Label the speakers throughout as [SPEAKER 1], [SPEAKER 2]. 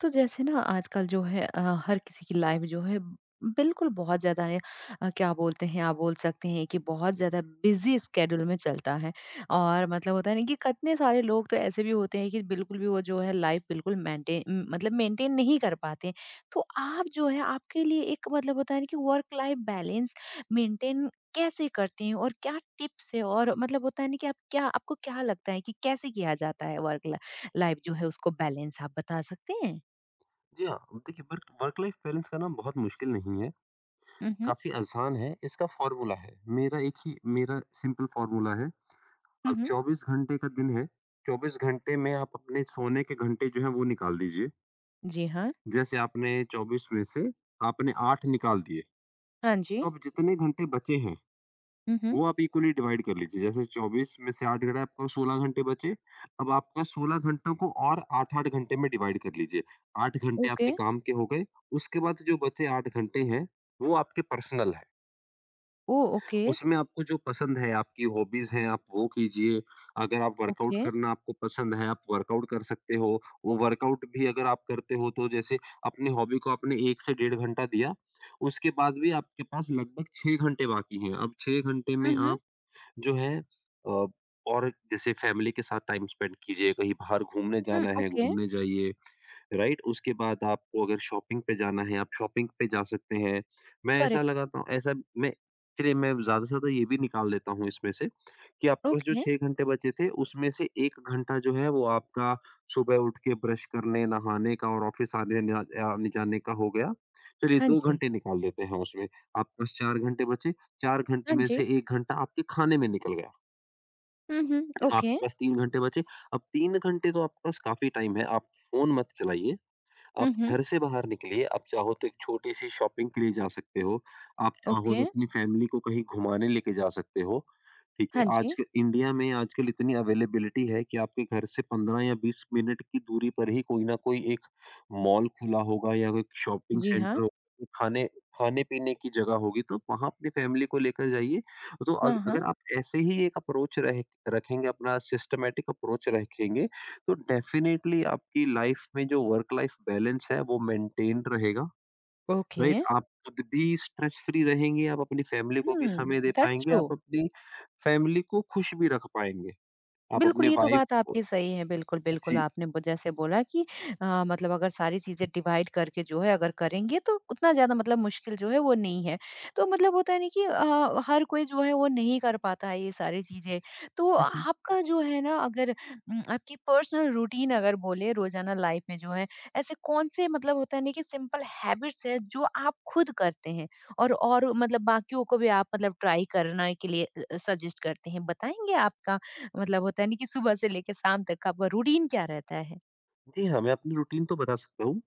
[SPEAKER 1] तो जैसे ना आजकल जो है हर किसी की लाइफ जो है बिल्कुल बहुत ज़्यादा है। क्या बोलते हैं आप बोल सकते हैं कि बहुत ज़्यादा बिजी स्केड्यूल में चलता है। और मतलब होता है ना कि कितने सारे लोग तो ऐसे भी होते हैं कि बिल्कुल भी वो जो है लाइफ बिल्कुल मेंटेन नहीं कर पाते। तो आप जो है आपके लिए एक मतलब होता है ना कि वर्क लाइफ बैलेंस मेंटेन कैसे करते हैं और क्या टिप्स है और मतलब होता है ना कि आप क्या आपको क्या लगता है कि कैसे किया जाता है वर्क लाइफ जो है उसको बैलेंस आप बता सकते हैं?
[SPEAKER 2] जी हाँ, देखिए वर्क वर्क लाइफ बैलेंस करना बहुत मुश्किल नहीं है,
[SPEAKER 1] हुँ, हुँ।
[SPEAKER 2] काफ़ी आसान है। इसका फ़ॉर्मूला है, मेरा एक ही मेरा सिंपल फ़ॉर्मूला है।
[SPEAKER 1] हुँ,
[SPEAKER 2] अब
[SPEAKER 1] हुँ।
[SPEAKER 2] 24 घंटे का दिन है। 24 घंटे में आप अपने सोने के घंटे जो हैं वो निकाल दीजिए।
[SPEAKER 1] जी हाँ।
[SPEAKER 2] जैसे आपने 24 में से आपने 8 निकाल दिए,
[SPEAKER 1] हाँ
[SPEAKER 2] तो
[SPEAKER 1] जी।
[SPEAKER 2] अब जितने घंटे बचे हैं
[SPEAKER 1] हुँ, हुँ।
[SPEAKER 2] वो आप इक्वली डिवाइड कर लीजिए। जैसे 24 में से 8 घंटे, आपको 16 घंटे बचे। अब आपका 16 घंटों को और 8-8 घंटे में डिवाइड कर लीजिए। 8 घंटे
[SPEAKER 1] ओके।
[SPEAKER 2] आपके काम के हो गए। उसके बाद जो बचे 8 घंटे हैं, वो आपके पर्सनल है।
[SPEAKER 1] ओह! ओके,
[SPEAKER 2] उसमें आपको जो पसंद है, आपकी हॉबीज हैं, आप वो कीजिए। अगर आप वर्कआउट
[SPEAKER 1] ओके।
[SPEAKER 2] करना आपको पसंद है, आप वर्कआउट कर सकते हो। वो वर्कआउट भी अगर आप करते हो तो जैसे अपने हॉबी को आपने एक से डेढ़ घंटा दिया, उसके बाद भी आपके पास लगभग छः घंटे बाकी हैं। अब छः घंटे
[SPEAKER 1] हुँ,
[SPEAKER 2] में
[SPEAKER 1] हुँ।
[SPEAKER 2] आप जो है, अ, और जैसे फैमिली के साथ टाइम स्पेंड कीजिए, कहीं बाहर घूमने
[SPEAKER 1] हुँ,
[SPEAKER 2] जाना है,
[SPEAKER 1] ओके।
[SPEAKER 2] घूमने जाइए। राइट? उसके बाद आपको अगर शॉपिंग पे जाना है, आप शॉपिंग पे जा सकते हैं। मैं ऐसा
[SPEAKER 1] करेक्ट।
[SPEAKER 2] लगाता हूँ ऐसा मैं चलिए, मैं ज़्यादा से ज़्यादा ये भी निकाल लेता हूँ इसमें से, कि आपके पास जो
[SPEAKER 1] ओके।
[SPEAKER 2] 6 घंटे बचे थे, उसमें से 1 घंटा जो है वो आपका सुबह उठ के ब्रश करने, नहाने का और ऑफ़िस आने ना आने-जाने का हो गया। चलिए,
[SPEAKER 1] हाँ
[SPEAKER 2] 2
[SPEAKER 1] जी।
[SPEAKER 2] घंटे निकाल देते हैं उसमें। आपके पास 4 घंटे बचे। 4 घंटे
[SPEAKER 1] हाँ
[SPEAKER 2] में
[SPEAKER 1] जी।
[SPEAKER 2] से 1 घंटा आपके खाने में निकल गया।
[SPEAKER 1] Hmm, hmm. ओके।
[SPEAKER 2] आपके पास 3 घंटे बचे। अब 3 घंटे तो आपके पास काफ़ी टाइम है, आप फ़ोन मत चलाइए। आप
[SPEAKER 1] हुँ, हुँ।
[SPEAKER 2] घर से बाहर निकलिए, आप चाहो तो एक छोटी-सी शॉपिंग के लिए जा सकते हो, आप चाहो
[SPEAKER 1] ओके।
[SPEAKER 2] तो अपनी फैमिली को कहीं घुमाने लेके जा सकते हो। ठीक है?
[SPEAKER 1] हाँ
[SPEAKER 2] आज
[SPEAKER 1] जी।
[SPEAKER 2] के इंडिया में आजकल इतनी अवेलेबिलिटी है कि आपके घर से 15 या 20 मिनट की दूरी पर ही कोई ना कोई एक मॉल खुला होगा या कोई शॉपिंग
[SPEAKER 1] जी
[SPEAKER 2] सेंटर
[SPEAKER 1] हाँ।
[SPEAKER 2] होगा, खाने-पीने की जगह होगी, तो वहाँ अपनी फैमिली को लेकर जाइए। तो
[SPEAKER 1] हाँ, हाँ।
[SPEAKER 2] अगर आप ऐसे ही एक अप्रोच रहे रखेंगे, अपना सिस्टमैटिक अप्रोच रखेंगे, तो डेफ़िनेटली आपकी लाइफ़ में जो वर्क लाइफ़ बैलेंस है, वो मेंटेन रहेगा।
[SPEAKER 1] ओके।
[SPEAKER 2] राइट? आप खुद भी स्ट्रेस फ्री रहेंगे, आप अपनी फैमिली को भी
[SPEAKER 1] हुँ,
[SPEAKER 2] समय दे
[SPEAKER 1] दैट्स
[SPEAKER 2] पाएँगे,
[SPEAKER 1] ट्रू।
[SPEAKER 2] आप अपनी फैमिली को खुश भी रख पाएँगे, आप
[SPEAKER 1] बिल्कुल,
[SPEAKER 2] अपने
[SPEAKER 1] ये तो बात
[SPEAKER 2] वाइफ को।
[SPEAKER 1] आपकी सही है। बिल्कुल, बिल्कुल
[SPEAKER 2] जी।
[SPEAKER 1] आपने ब जैसे बोला कि मतलब अगर सारी चीज़ें डिवाइड करके जो है अगर करेंगे तो उतना ज़्यादा मतलब मुश्किल जो है वो नहीं है। तो मतलब होता है ना कि हर कोई जो है वो नहीं कर पाता है ये सारी चीज़ें। तो
[SPEAKER 2] हुँ, हुँ।
[SPEAKER 1] आपका जो है ना अगर आपकी पर्सनल रूटीन अगर बोले रोज़ाना लाइफ में जो है, ऐसे कौन से मतलब होता है ना कि सिंपल हैबिट्स हैं जो आप खुद करते हैं? और मतलब बाकियों को भी आप मतलब ट्राई करने के लिए सजेस्ट करते हैं, बताएँगे आपका मतलब होता है नहीं कि सुबह से लेके शाम तक का आपका रूटीन क्या रहता है?
[SPEAKER 2] जी हाँ, मैं अपनी रूटीन तो बता सकता हूँ।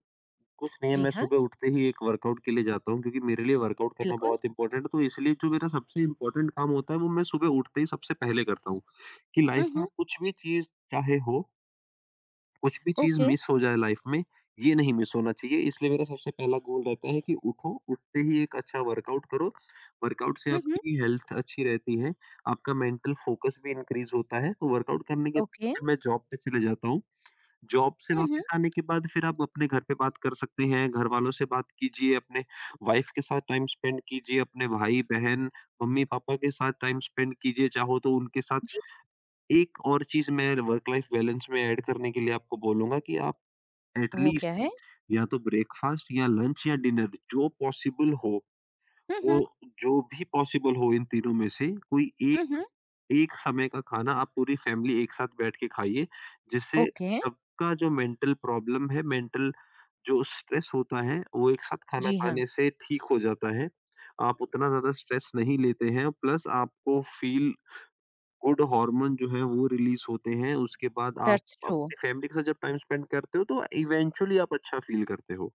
[SPEAKER 2] कुछ नहीं है,
[SPEAKER 1] जी
[SPEAKER 2] मैं
[SPEAKER 1] हाँ,
[SPEAKER 2] सुबह उठते ही एक वर्कआउट के लिए जाता हूँ क्योंकि मेरे लिए वर्कआउट करना
[SPEAKER 1] बिल्कुल।
[SPEAKER 2] बहुत इम्पोर्टेंट है। तो इसलिए जो मेरा सबसे इम्पोर्टेंट काम होता है वो मैं सुबह उठते ही सबसे पहले करता हूँ, कि
[SPEAKER 1] हुँ,
[SPEAKER 2] लाइफ में
[SPEAKER 1] हुँ,
[SPEAKER 2] कुछ भी चीज़ चाहे हो, कुछ भी चीज़
[SPEAKER 1] ओके।
[SPEAKER 2] मिस हो जाए लाइफ में, ये नहीं मिस होना चाहिए। इसलिए मेरा सबसे पहला गोल रहता है कि उठो, उठते ही एक अच्छा वर्कआउट करो। वर्कआउट से
[SPEAKER 1] हुँ, हुँ,
[SPEAKER 2] आपकी हेल्थ अच्छी रहती है, आपका मेंटल फोकस भी इंक्रीज़ होता है। तो वर्कआउट करने के बाद
[SPEAKER 1] ओके।
[SPEAKER 2] फिर मैं जॉब पे चले जाता हूँ। जॉब से
[SPEAKER 1] हुँ, हुँ,
[SPEAKER 2] वापस आने के बाद फिर आप अपने घर पे बात कर सकते हैं, घरवालों से बात कीजिए, अपने वाइफ के साथ टाइम स्पेंड कीजिए, अपने भाई-बहन, मम्मी-पापा के साथ टाइम स्पेंड कीजिए। चाहो तो उनके साथ
[SPEAKER 1] जी,
[SPEAKER 2] एक और चीज़ मैं वर्क लाइफ बैलेंस में ऐड करने के लिए आपको बोलूँगा, कि आप
[SPEAKER 1] वो
[SPEAKER 2] एटलीस्ट
[SPEAKER 1] क्या है?
[SPEAKER 2] या तो ब्रेकफ़ास्ट या लंच या डिनर जो पॉसिबल हो,
[SPEAKER 1] हुँ, हुँ,
[SPEAKER 2] वो जो भी पॉसिबल हो इन तीनों में से कोई
[SPEAKER 1] हुँ,
[SPEAKER 2] एक,
[SPEAKER 1] हुँ,
[SPEAKER 2] एक समय का खाना आप पूरी फैमिली एक साथ बैठ के खाइए, जिससे
[SPEAKER 1] ओके।
[SPEAKER 2] सबका जो मेंटल प्रॉब्लम है, मेंटल जो स्ट्रेस होता है, वो एक साथ खाना
[SPEAKER 1] जी हाँ,
[SPEAKER 2] खाने से ठीक हो जाता है। आप उतना ज़्यादा स्ट्रेस नहीं लेते हैं, प्लस आपको फ़ील गुड हार्मोन जो है वो रिलीज़ होते हैं। उसके बाद आप
[SPEAKER 1] दैट्स ट्रू।
[SPEAKER 2] अपनी फैमिली के साथ जब टाइम स्पेंड करते हो तो इवेंचुअली आप अच्छा फ़ील करते हो।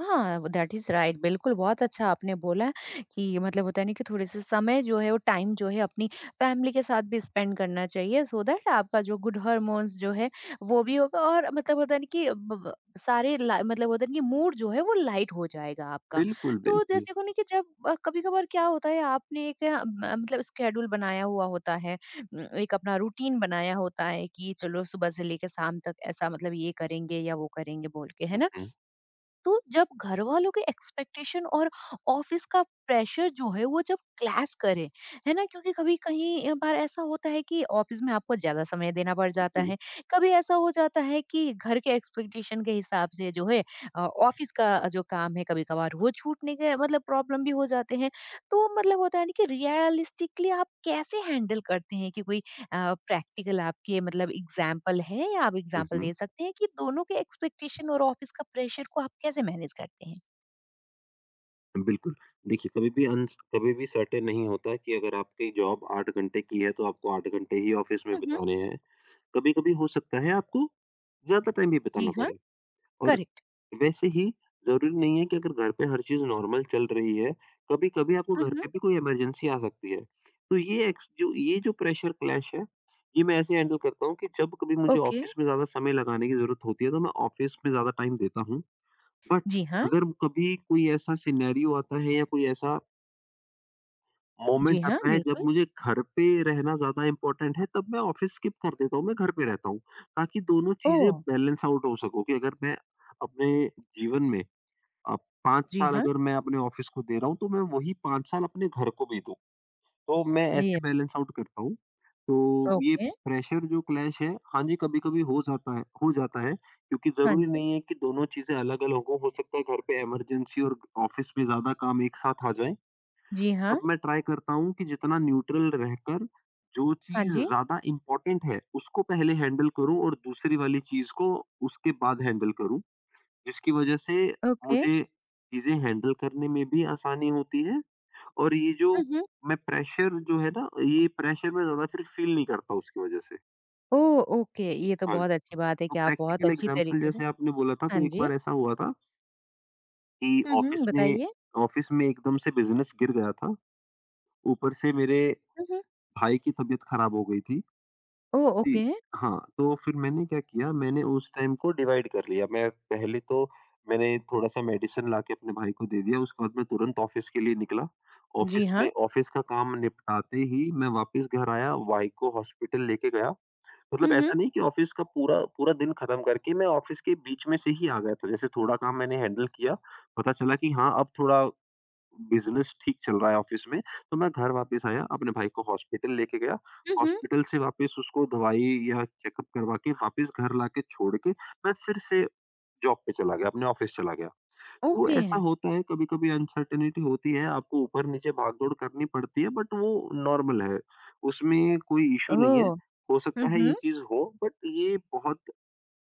[SPEAKER 1] हाँ, वो दैट इज़ राइट बिल्कुल, बहुत अच्छा आपने बोला कि मतलब होता है ना कि थोड़े-से समय जो है वो टाइम जो है अपनी फैमिली के साथ भी स्पेंड करना चाहिए सो दैट आपका जो गुड हार्मोन्स जो है वो भी होगा और मतलब होता है ना कि ब ब सारे ला मतलब होता है ना कि मूड जो है वो लाइट हो जाएगा आपका।
[SPEAKER 2] बिल्कुल,
[SPEAKER 1] तो
[SPEAKER 2] बिल्कुल।
[SPEAKER 1] जैसे को ना कि जब कभी-कभार क्या होता है आपने एक अ, म मतलब स्केड्यूल बनाया हुआ होता है, एक अपना रूटीन बनाया होता है कि चलो सुबह से लेके शाम तक ऐसा मतलब ये करेंगे या वो करेंगे बोल के, है ना?
[SPEAKER 2] हुँ,
[SPEAKER 1] तो जब घर वालों के एक्सपेक्टेशन और ऑफिस का प्रेशर जो है वो जब क्लैश करे है ना क्योंकि कभी कहीं बार ऐसा होता है कि ऑफिस में आपको ज्यादा समय देना पड़ जाता
[SPEAKER 2] जी।
[SPEAKER 1] है। कभी ऐसा हो जाता है कि घर के एक्सपेक्टेशन के हिसाब से जो है ऑफिस का जो काम है कभी कभार वो छूटने के मतलब प्रॉब्लम भी हो जाते हैं। तो मतलब होता है ना कि रियलिस्टिकली आप कैसे हैंडल करते हैं कि कोई प्रैक्टिकल आपके मतलब एग्जाम्पल है या आप
[SPEAKER 2] हुँ,
[SPEAKER 1] एग्जाम्पल
[SPEAKER 2] हुँ।
[SPEAKER 1] दे सकते हैं कि दोनों के एक्सपेक्टेशन और ऑफिस का प्रेशर को आप कैसे मैनेज करते हैं?
[SPEAKER 2] बिल्कुल, देखिए कभी भी सर्टेन नहीं होता कि अगर आपकी जॉब 8 घंटे की है तो आपको 8 घंटे ही ऑफ़िस में
[SPEAKER 1] हम्म।
[SPEAKER 2] बिताने हैं। कभी-कभी हो सकता है आपको ज़्यादा टाइम भी
[SPEAKER 1] जी
[SPEAKER 2] बिताना
[SPEAKER 1] हाँ।
[SPEAKER 2] पड़े। और
[SPEAKER 1] करेक्ट।
[SPEAKER 2] वैसे ही ज़रूरी नहीं है कि अगर घर पे हर चीज़ नॉर्मल चल रही है, कभी-कभी आपको घर
[SPEAKER 1] हम्म।
[SPEAKER 2] पे भी कोई इमरजेंसी आ सकती है। तो ये जो प्रेशर क्लैश है, ये मैं ऐसे हैंडल करता हूँ कि जब कभी मुझे
[SPEAKER 1] ओके।
[SPEAKER 2] ऑफ़िस में ज़्यादा समय लगाने की ज़रूरत होती है तो मैं ऑफ़िस में ज़्यादा टाइम देता हूँ। बट
[SPEAKER 1] जी हाँ।
[SPEAKER 2] अगर कभी कोई ऐसा सिनेरियो आता है या कोई ऐसा मोमेंट
[SPEAKER 1] जी हाँ,
[SPEAKER 2] आता है जब
[SPEAKER 1] बिल्कुल।
[SPEAKER 2] मुझे घर पे रहना ज़्यादा इम्पोर्टेंट है, तब मैं ऑफ़िस स्किप कर देता हूँ, मैं घर पे रहता हूँ। ताकि दोनों
[SPEAKER 1] ओ।
[SPEAKER 2] चीज़ें बैलेंस आउट हो सको, कि अगर मैं अपने जीवन में अ, 5
[SPEAKER 1] जी
[SPEAKER 2] साल
[SPEAKER 1] हाँ।
[SPEAKER 2] अगर मैं अपने ऑफ़िस को दे रहा हूँ, तो मैं वही 5 साल अपने घर को भी दूँ। तो मैं
[SPEAKER 1] ये
[SPEAKER 2] ऐसे बैलेंस आउट करता हूँ। तो ये
[SPEAKER 1] ओके।
[SPEAKER 2] प्रेशर जो क्लैश है, हाँ जी, कभी-कभी हो जाता है, हो जाता है, क्योंकि
[SPEAKER 1] हाँ
[SPEAKER 2] ज़रूरी
[SPEAKER 1] जी।
[SPEAKER 2] नहीं है कि दोनों चीज़ें अलग-अलग हों। हो सकता है घर पे इमरजेंसी और ऑफ़िस में ज़्यादा काम एक साथ आ जाएँ।
[SPEAKER 1] जी हाँ।
[SPEAKER 2] तब मैं ट्राई करता हूँ कि जितना न्यूट्रल रहकर जो
[SPEAKER 1] हाँ
[SPEAKER 2] चीज़
[SPEAKER 1] जी।
[SPEAKER 2] ज़्यादा इम्पोर्टेंट है, उसको पहले हैंडल करूँ और दूसरी वाली चीज़ को उसके बाद हैंडल करूँ, जिसकी वज़ह से
[SPEAKER 1] ओके।
[SPEAKER 2] मुझे चीज़ें हैंडल करने में भी आसानी होती है। और ये जो
[SPEAKER 1] हम्म।
[SPEAKER 2] मैं प्रेशर जो है ना, ये प्रेशर मैं ज़्यादा फिर फ़ील नहीं करता उसकी वज़ह से।
[SPEAKER 1] ओ, ओके ये तो
[SPEAKER 2] हाँ जी।
[SPEAKER 1] बहुत अच्छी बात है
[SPEAKER 2] तो
[SPEAKER 1] कि आप बहुत
[SPEAKER 2] प्रैक्टिकल
[SPEAKER 1] अच्छी
[SPEAKER 2] एग्ज़ाम्पल
[SPEAKER 1] तरीके से
[SPEAKER 2] जैसे आपने बोला था,
[SPEAKER 1] हाँ
[SPEAKER 2] तो एक
[SPEAKER 1] जी।
[SPEAKER 2] बार ऐसा हुआ था कि
[SPEAKER 1] हम्म, बताइए।
[SPEAKER 2] ऑफ़िस में एकदम से बिज़नेस गिर गया था। ऊपर से मेरे
[SPEAKER 1] हम्म।
[SPEAKER 2] भाई की तबीयत ख़राब हो गई थी।
[SPEAKER 1] ओ,
[SPEAKER 2] जी,
[SPEAKER 1] ओके।
[SPEAKER 2] हाँ, तो फिर मैंने क्या किया, मैंने उस टाइम को डिवाइड कर लिया। मैं पहले तो मैंने थोड़ा-सा मेडिसिन लाके अपने भाई को दे दिया, उसके बाद मैं तुरंत ऑफ़िस के लिए निकला।
[SPEAKER 1] जी हाँ।
[SPEAKER 2] ऑफ़िस का काम निपटाते ही मैं वापस घर आया, भाई को हॉस्पिटल लेके गया। मतलब
[SPEAKER 1] हम्म।
[SPEAKER 2] ऐसा नहीं कि ऑफ़िस का पूरा पूरा दिन ख़त्म करके मैं ऑफ़िस के बीच में से ही आ गया था। जैसे थोड़ा काम मैंने हैंडल किया, पता चला कि हाँ, अब थोड़ा बिज़नेस ठीक चल रहा है ऑफ़िस में, तो मैं घर वापस आया, अपने भाई को हॉस्पिटल लेके गया।
[SPEAKER 1] हम्म।
[SPEAKER 2] हॉस्पिटल से वापस उसको दवाई या चेकअप करवा के वापस घर लाके छोड़ के, मैं फिर से जॉब पे चला गया, अपने ऑफ़िस चला गया। तो
[SPEAKER 1] ओके।
[SPEAKER 2] ऐसा होता है, कभी-कभी अनसर्टेनिटी होती है, आपको ऊपर-नीचे भाग-दौड़ करनी पड़ती है, बट वो नॉर्मल है, उसमें कोई इश्यू नहीं है।
[SPEAKER 1] ओ।
[SPEAKER 2] हो सकता है ये
[SPEAKER 1] हम्म।
[SPEAKER 2] चीज़ हो, बट ये बहुत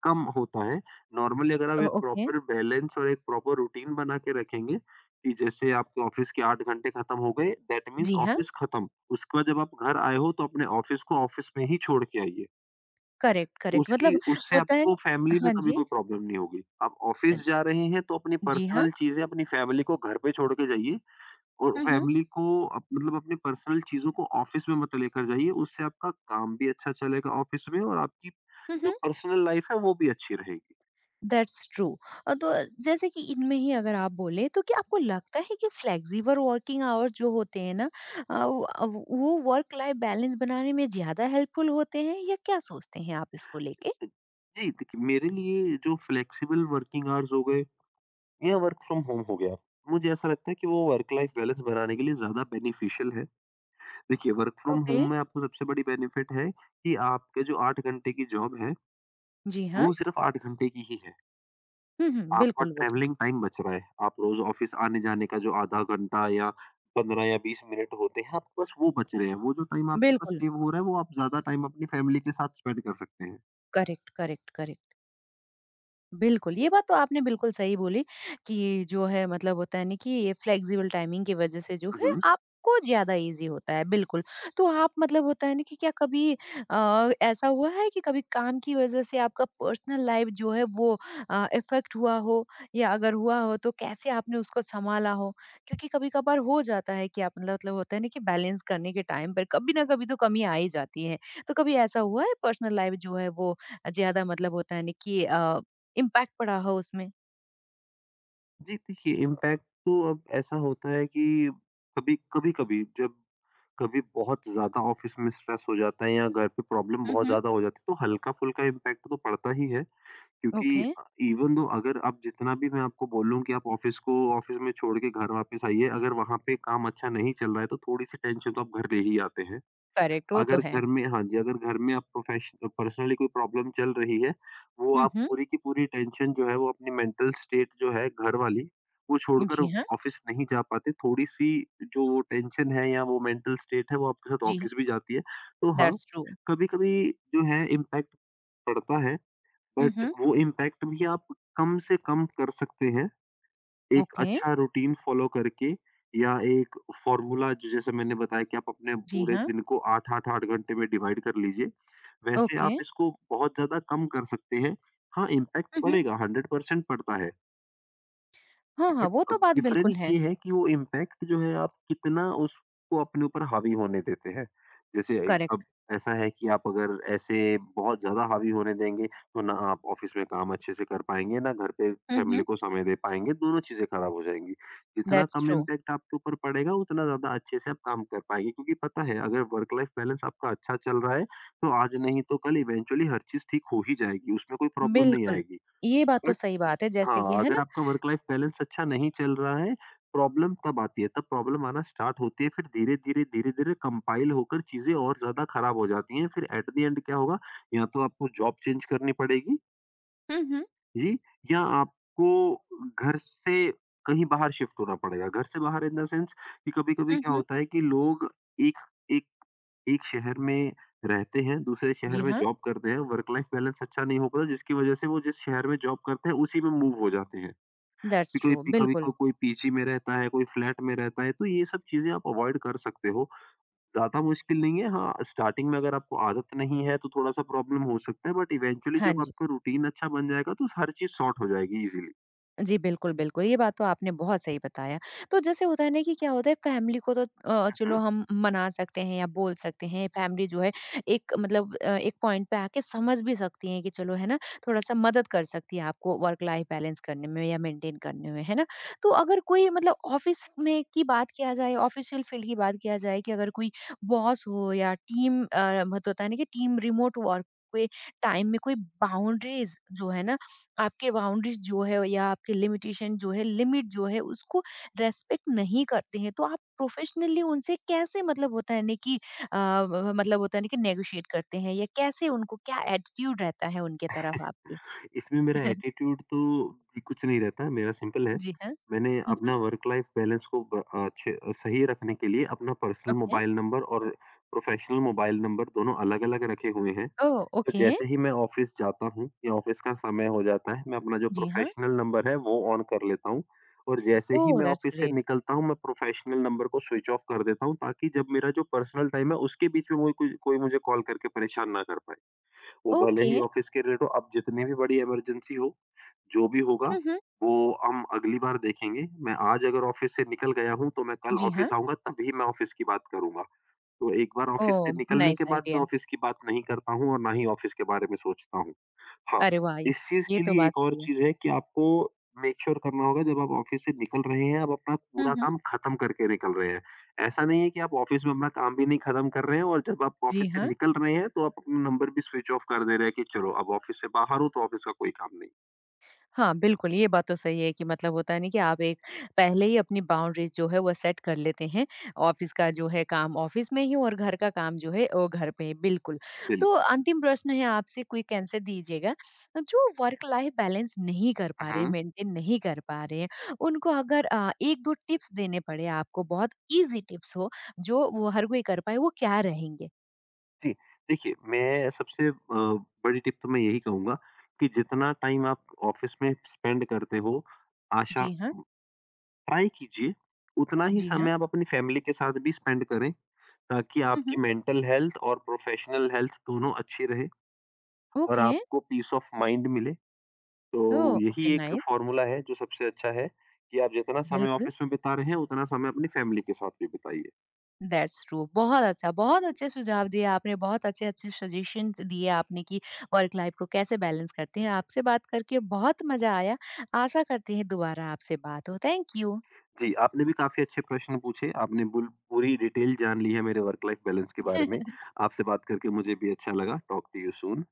[SPEAKER 2] कम होता है। नॉर्मली अगर आप
[SPEAKER 1] ओ,
[SPEAKER 2] एक
[SPEAKER 1] ओके।
[SPEAKER 2] प्रॉपर बैलेंस और एक प्रॉपर रूटीन बना के रखेंगे, कि जैसे आपके ऑफ़िस के 8 घंटे खत्म हो गए, दैट मीन्स
[SPEAKER 1] जी हाँ,
[SPEAKER 2] ऑफ़िस खत्म। उसके बाद जब आप घर आए हो तो अपने ऑफ़िस को ऑफ़िस में ही छोड़ के आइए।
[SPEAKER 1] करेक्ट, करेक्ट
[SPEAKER 2] उसकी
[SPEAKER 1] मतलब
[SPEAKER 2] उससे
[SPEAKER 1] होता है
[SPEAKER 2] आपको फैमिली में
[SPEAKER 1] हाँ
[SPEAKER 2] कभी
[SPEAKER 1] जी।
[SPEAKER 2] कोई प्रॉब्लम नहीं होगी। आप
[SPEAKER 1] अ,
[SPEAKER 2] ऑफ़िस जा रहे हैं तो अपनी
[SPEAKER 1] जी हाँ।
[SPEAKER 2] पर्सनल चीज़ें अपनी फैमिली को घर पे छोड़ के जाइए, और
[SPEAKER 1] हुँ, हुँ।
[SPEAKER 2] फैमिली को अप मतलब अपनी पर्सनल चीज़ों को ऑफ़िस में मत लेकर जाइए। उससे आपका काम भी अच्छा चलेगा ऑफ़िस में और आपकी
[SPEAKER 1] हुँ,
[SPEAKER 2] जो
[SPEAKER 1] हुँ।
[SPEAKER 2] पर्सनल लाइफ़ है वो भी अच्छी रहेगी।
[SPEAKER 1] That's true. तो जैसे कि इनमें ही अगर आप बोलें तो क्या आपको लगता है कि फ्लेक्सिबल वर्किंग आवर्स जो होते हैं ना अ, व वो वर्क लाइफ बैलेंस बनाने में ज़्यादा हेल्पफुल होते हैं या क्या सोचते हैं आप इसको लेके?
[SPEAKER 2] जी, देखिए मेरे लिए जो फ्लेक्सिबल वर्किंग आवर्स हो गए या वर्क फ्रॉम होम हो गया, मुझे ऐसा लगता है कि वो वर्क लाइफ बैलेंस बनाने के लिए ज़्यादा बेनिफिशियल है। देखिए वर्क फ्रॉम
[SPEAKER 1] ओके।
[SPEAKER 2] होम में आपको सबसे बड़ी बेनिफिट है कि आपके जो 8 घंटे की जॉब है,
[SPEAKER 1] जी हाँ।
[SPEAKER 2] वो सिर्फ़ 8 घंटे की ही है।
[SPEAKER 1] हुँ, हुँ।
[SPEAKER 2] आपका
[SPEAKER 1] बिल्कुल वो तो।
[SPEAKER 2] ट्रैवलिंग टाइम बच रहा है। आप रोज़ ऑफ़िस आने-जाने का जो आधा घंटा या 15 या 20 मिनट होते हैं, आपके पास वो बच रहे हैं। वो जो टाइम आपके पास
[SPEAKER 1] बिल्कुल।
[SPEAKER 2] सेव हो रहा है, वो आप ज़्यादा टाइम अपनी फैमिली के साथ स्पेंड कर सकते हैं।
[SPEAKER 1] Correct, correct, correct. बिल्कुल, ये बात तो आपने बिल्कुल सही बोली कि जो है मतलब होता है ना कि ये फ्लेक्सिबल टाइमिंग की वज़ह से जो
[SPEAKER 2] हुँ,
[SPEAKER 1] है
[SPEAKER 2] हुँ।
[SPEAKER 1] आपको ज़्यादा ईज़ी होता है, बिल्कुल। तो आप मतलब होता है ना कि क्या कभी ऐसा हुआ है कि कभी काम की वज़ह से आपका पर्सनल लाइफ़ जो है वो इफ़ेक्ट हुआ हो? या अगर हुआ हो तो कैसे आपने उसको सँभाला हो? क्योंकि कभी-कभार हो जाता है कि आप मतलब होता है ना कि बैलेंस करने के टाइम पर कभी ना कभी तो कमी आ ही जाती है। तो कभी ऐसा हुआ है पर्सनल लाइफ़ जो है वो ज़्यादा मतलब होता है ना कि इम्पैक्ट पड़ा हो उसमें?
[SPEAKER 2] जी, देखिए इम्पैक्ट तो अब ऐसा होता है कि कभी-कभी जब कभी बहुत ज़्यादा ऑफ़िस में स्ट्रेस हो जाता है या घर पे प्रॉब्लम
[SPEAKER 1] हुँ,
[SPEAKER 2] बहुत
[SPEAKER 1] हुँ।
[SPEAKER 2] ज़्यादा हो जाती है, तो हल्का-फुल्का इम्पैक्ट तो पड़ता ही है, क्योंकि
[SPEAKER 1] ओके,
[SPEAKER 2] अ, इवन दो अगर आप जितना भी मैं आपको बोलूँ कि आप ऑफ़िस को ऑफ़िस में छोड़ के घर वापस आइए, अगर वहाँ पे काम अच्छा नहीं चल रहा है, तो थोड़ी-सी टेंशन तो आप घर ले ही आते हैं।
[SPEAKER 1] करेक्ट वो तो
[SPEAKER 2] अगर
[SPEAKER 1] है।
[SPEAKER 2] घर में, हाँ जी, अगर घर में आप प्रोफेश पर्सनली कोई प्रॉब्लम चल रही है, वो
[SPEAKER 1] हुँ,
[SPEAKER 2] आप
[SPEAKER 1] हुँ।
[SPEAKER 2] पूरी की पूरी टेंशन जो है, वो अपनी मेंटल स्टेट जो है घर वाली, वो छोड़कर
[SPEAKER 1] जी हाँ,
[SPEAKER 2] ऑफ़िस नहीं जा पाते। थोड़ी-सी जो वो टेंशन है या वो मेंटल स्टेट है वो आपके साथ
[SPEAKER 1] जी,
[SPEAKER 2] ऑफ़िस भी जाती है। तो हाँ,
[SPEAKER 1] दैट्स ट्रू।
[SPEAKER 2] कभी-कभी जो है इम्पैक्ट पड़ता है,
[SPEAKER 1] हुँ,
[SPEAKER 2] बट
[SPEAKER 1] हुँ।
[SPEAKER 2] वो इम्पैक्ट भी आप कम से कम कर सकते हैं। एक
[SPEAKER 1] ओके,
[SPEAKER 2] अच्छा रूटीन फ़ॉलो करके या एक फ़ॉर्मूला ज जैसे मैंने बताया कि आप अपने
[SPEAKER 1] जी
[SPEAKER 2] पूरे
[SPEAKER 1] हाँ,
[SPEAKER 2] दिन को 8-8, 8 घंटे में डिवाइड कर लीजिए। वैसे
[SPEAKER 1] ओके।
[SPEAKER 2] आप इसको बहुत ज़्यादा कम कर सकते हैं। हाँ, इम्पैक्ट
[SPEAKER 1] हुँ, हुँ।
[SPEAKER 2] पड़ेगा, 100% पड़ता है।
[SPEAKER 1] हाँ, हाँ,
[SPEAKER 2] बट
[SPEAKER 1] वो तो बात बिल्कुल
[SPEAKER 2] डिफरेंस
[SPEAKER 1] है,
[SPEAKER 2] ये है कि वो इम्पैक्ट जो है, आप कितना उसको अपने ऊपर हावी होने देते हैं। जैसे अब
[SPEAKER 1] करेक्ट।
[SPEAKER 2] ऐसा है कि आप अगर ऐसे बहुत ज़्यादा हावी होने देंगे, तो ना आप ऑफिस में काम अच्छे से कर पाएँगे, ना घर पे
[SPEAKER 1] हुँ,
[SPEAKER 2] फैमिली
[SPEAKER 1] हुँ।
[SPEAKER 2] को समय दे पाएँगे, दोनों चीज़ें खराब हो जाएँगी। जितना
[SPEAKER 1] दैट्स
[SPEAKER 2] कम
[SPEAKER 1] ट्रू,
[SPEAKER 2] इम्पैक्ट आपके ऊपर पड़ेगा, उतना ज़्यादा अच्छे से आप काम कर पाएँगे, क्योंकि पता है, अगर वर्क लाइफ बैलेंस आपका अच्छा चल रहा है, तो आज नहीं तो कल इवेंचुअली हर चीज़ ठीक हो ही जाएगी, उसमें कोई प्रॉब्लम नहीं
[SPEAKER 1] बिल्कुल,
[SPEAKER 2] आएगी।
[SPEAKER 1] ये बात तो
[SPEAKER 2] बट
[SPEAKER 1] सही बात है जैसे कि
[SPEAKER 2] हाँ,
[SPEAKER 1] है
[SPEAKER 2] अगर
[SPEAKER 1] ना?
[SPEAKER 2] आपका वर्क लाइफ बैलेंस अच्छा नहीं चल रहा है, प्रॉब्लम तब आती है, तब प्रॉब्लम आना स्टार्ट होती है, फिर धीरे-धीरे, धीरे-धीरे कंपाइल होकर चीज़ें और ज़्यादा खराब हो जाती हैं, फिर एट द एंड क्या होगा? या तो आपको जॉब चेंज करनी पड़ेगी
[SPEAKER 1] हुँ, हुँ।
[SPEAKER 2] जी, या आपको घर से कहीं बाहर शिफ्ट होना पड़ेगा। घर से बाहर इन द सेंस कि कभी-कभी
[SPEAKER 1] हुँ,
[SPEAKER 2] क्या
[SPEAKER 1] हुँ।
[SPEAKER 2] होता है कि लोग एक एक एक शहर में रहते हैं, दूसरे शहर
[SPEAKER 1] जी
[SPEAKER 2] में
[SPEAKER 1] हाँ,
[SPEAKER 2] जॉब करते हैं, वर्क लाइफ बैलेंस अच्छा नहीं हो पाता, जिसकी वजह से वो जिस शहर में जॉब करते हैं, उसी में मूव हो जाते हैं।
[SPEAKER 1] दैट्स
[SPEAKER 2] कि कोई
[SPEAKER 1] ट्रू,
[SPEAKER 2] पी कभी को
[SPEAKER 1] बिल्कुल,
[SPEAKER 2] कोई पीजी में रहता है, कोई फ्लैट में रहता है, तो ये सब चीज़ें आप अवॉइड कर सकते हो। ज़्यादा मुश्किल नहीं है, हाँ, स्टार्टिंग में अगर आपको आदत नहीं है, तो थोड़ा-सा प्रॉब्लम हो सकता है, बट इवेंचुअली
[SPEAKER 1] हाँ
[SPEAKER 2] जब
[SPEAKER 1] जी।
[SPEAKER 2] आपका रूटीन अच्छा बन जाएगा, तो हर चीज़ सॉर्ट हो जाएगी इज़िली।
[SPEAKER 1] जी, बिल्कुल, बिल्कुल। ये बात तो आपने बहुत सही बताया। तो जैसे होता है ना कि क्या होता है फैमिली को तो
[SPEAKER 2] हुँ,
[SPEAKER 1] चलो
[SPEAKER 2] हुँ।
[SPEAKER 1] हम मना सकते हैं या बोल सकते हैं। फैमिली जो है एक मतलब एक पॉइंट पे आके समझ भी सकती है कि चलो है ना, थोड़ा-सा मदद कर सकती है आपको वर्क लाइफ बैलेंस करने में या मेंटेन करने में, है ना? तो अगर कोई मतलब ऑफ़िस में की बात किया जाए, ऑफ़िशियल फ़ील्ड की बात किया जाए कि अगर कोई बॉस हो या टीम अ, मत होता है ना कि टीम रिमोट वर्क के टाइम में कोई बाउंड्रीज़ जो है ना आपके बाउंड्रीज जो है या आपके लिमिटेशन जो है लिमिट जो है उसको रेस्पेक्ट नहीं करते हैं तो आप प्रोफेशनली उनसे कैसे मतलब होता है ना कि मतलब होता है ना कि नेगोशिएट करते हैं या कैसे उनको क्या एटीट्यूड रहता है उनके तरफ आपके?
[SPEAKER 2] इसमें मेरा एटीट्यूड तो भी कुछ नहीं रहता है, मेरा सिंपल है।
[SPEAKER 1] जी हाँ।
[SPEAKER 2] मैंने
[SPEAKER 1] हम्म।
[SPEAKER 2] अपना वर्क लाइफ बैलेंस को ब अच्छे सही रखने के लिए अपना पर्सनल
[SPEAKER 1] ओके।
[SPEAKER 2] मोबाइल नंबर और प्रोफ़ेशनल मोबाइल नंबर दोनों अलग-अलग रखे हुए हैं।
[SPEAKER 1] ओह,
[SPEAKER 2] तो
[SPEAKER 1] ओके।
[SPEAKER 2] जैसे ही मैं ऑफिस जाता हूँ या ऑफिस का समय हो जाता है, मैं अपना जो
[SPEAKER 1] जी हाँ।
[SPEAKER 2] प्रोफ़ेशनल नंबर है वो ऑन कर लेता हूँ, और जैसे ही
[SPEAKER 1] ओह,
[SPEAKER 2] मैं
[SPEAKER 1] दैट्स
[SPEAKER 2] ऑफिस से
[SPEAKER 1] ग्रेट।
[SPEAKER 2] निकलता हूँ, मैं प्रोफ़ेशनल नंबर को स्विच ऑफ कर देता हूँ, ताकि जब मेरा जो पर्सनल टाइम है, उसके बीच में मुझे कोई कोई मुझे कॉल करके परेशान ना कर पाए। वो भले
[SPEAKER 1] ओके।
[SPEAKER 2] ही ऑफिस के रिलेटेड हो, अब जितनी भी बड़ी इमरजेंसी हो, जो भी होगा
[SPEAKER 1] हम्म।
[SPEAKER 2] वो हम अगली बार देखेंगे। मैं आज अगर ऑफिस से निकल गया हूँ, तो मैं कल
[SPEAKER 1] जी हाँ।
[SPEAKER 2] ऑफिस आऊँगा, तभी मैं ऑफिस की बात करूँगा। तो एक बार ऑफ़िस से
[SPEAKER 1] ओह,
[SPEAKER 2] निकलने
[SPEAKER 1] नाइस
[SPEAKER 2] के बाद मैं
[SPEAKER 1] आइडिया।
[SPEAKER 2] ऑफ़िस की बात नहीं करता हूँ और ना ही ऑफ़िस के बारे में सोचता हूँ। हाँ,
[SPEAKER 1] अरे वाह।
[SPEAKER 2] इस चीज़
[SPEAKER 1] ये
[SPEAKER 2] के
[SPEAKER 1] तो
[SPEAKER 2] लिए
[SPEAKER 1] बात
[SPEAKER 2] एक और
[SPEAKER 1] सही है।
[SPEAKER 2] चीज़ है कि आपको मेक श्योर करना होगा, जब आप ऑफ़िस से निकल रहे हैं, आप अपना पूरा
[SPEAKER 1] हम्म।
[SPEAKER 2] काम ख़त्म करके निकल रहे हैं। ऐसा नहीं है कि आप ऑफ़िस में अपना काम भी नहीं ख़त्म कर रहे हैं, और जब आप
[SPEAKER 1] जी
[SPEAKER 2] ऑफ़िस से
[SPEAKER 1] हाँ।
[SPEAKER 2] निकल रहे हैं, तो आप अपना नंबर भी स्विच ऑफ कर दे रहे हैं कि चलो अब ऑफ़िस से बाहर हूँ, तो ऑफ़िस का कोई काम नहीं।
[SPEAKER 1] हाँ, बिल्कुल, ये बात तो सही है कि मतलब होता है ना कि आप एक पहले ही अपनी बाउंड्रीज़ जो है वो सेट कर लेते हैं, ऑफ़िस का जो है काम ऑफ़िस में ही और घर का काम जो है वो घर पे, ही। बिल्कुल। तो
[SPEAKER 2] बिल्कुल।
[SPEAKER 1] अंतिम प्रश्न है आपसे, क्विक आंसर दीजिएगा। जो वर्क लाइफ़ बैलेंस नहीं कर पा रहे हैं,
[SPEAKER 2] हुँ।
[SPEAKER 1] मेंटेन नहीं कर पा रहे हैं, उनको अगर 1-2 टिप्स देने पड़े आपको बहुत ईज़ी टिप्स हो, जो वो हर कोई कर पाए, वो क्या रहेंगे?
[SPEAKER 2] जी, देखिए मैं सबसे बड़ी टिप तो मैं यही कहूँगा कि जितना टाइम आप ऑफिस में स्पेंड करते हो, आशा
[SPEAKER 1] जी हाँ,
[SPEAKER 2] ट्राई कीजिए उतना ही
[SPEAKER 1] जी
[SPEAKER 2] समय
[SPEAKER 1] हाँ।
[SPEAKER 2] आप अपनी फैमिली के साथ भी स्पेंड करें, ताकि
[SPEAKER 1] हुँ,
[SPEAKER 2] आपकी
[SPEAKER 1] हुँ।
[SPEAKER 2] मेंटल हेल्थ और प्रोफेशनल हेल्थ दोनों अच्छी रहे और
[SPEAKER 1] ओके,
[SPEAKER 2] आपको पीस ऑफ माइंड मिले। तो
[SPEAKER 1] ओह!
[SPEAKER 2] यही
[SPEAKER 1] ओके,
[SPEAKER 2] एक
[SPEAKER 1] नाइस,
[SPEAKER 2] फॉर्मूला है जो सबसे अच्छा है कि आप जितना समय
[SPEAKER 1] बिल्कुल।
[SPEAKER 2] ऑफिस में बिता रहे हैं, उतना समय अपनी फैमिली के साथ भी बिताइए।
[SPEAKER 1] दैट्स ट्रू बहुत अच्छा बहुत अच्छे सुझाव दिए आपने बहुत अच्छे अच्छे सजेशन दिए आपने कि वर्क लाइफ को कैसे बैलेंस करते हैं आपसे बात करके बहुत मजा आया। आशा करते हैं दोबारा आपसे बात हो। Thank you.
[SPEAKER 2] जी, आपने भी काफ़ी अच्छे प्रश्न पूछे। आपने बुल पूरी डिटेल जान ली है मेरे वर्क लाइफ बैलेंस के बारे में। आपसे बात करके मुझे भी अच्छा लगा। Talk to you soon.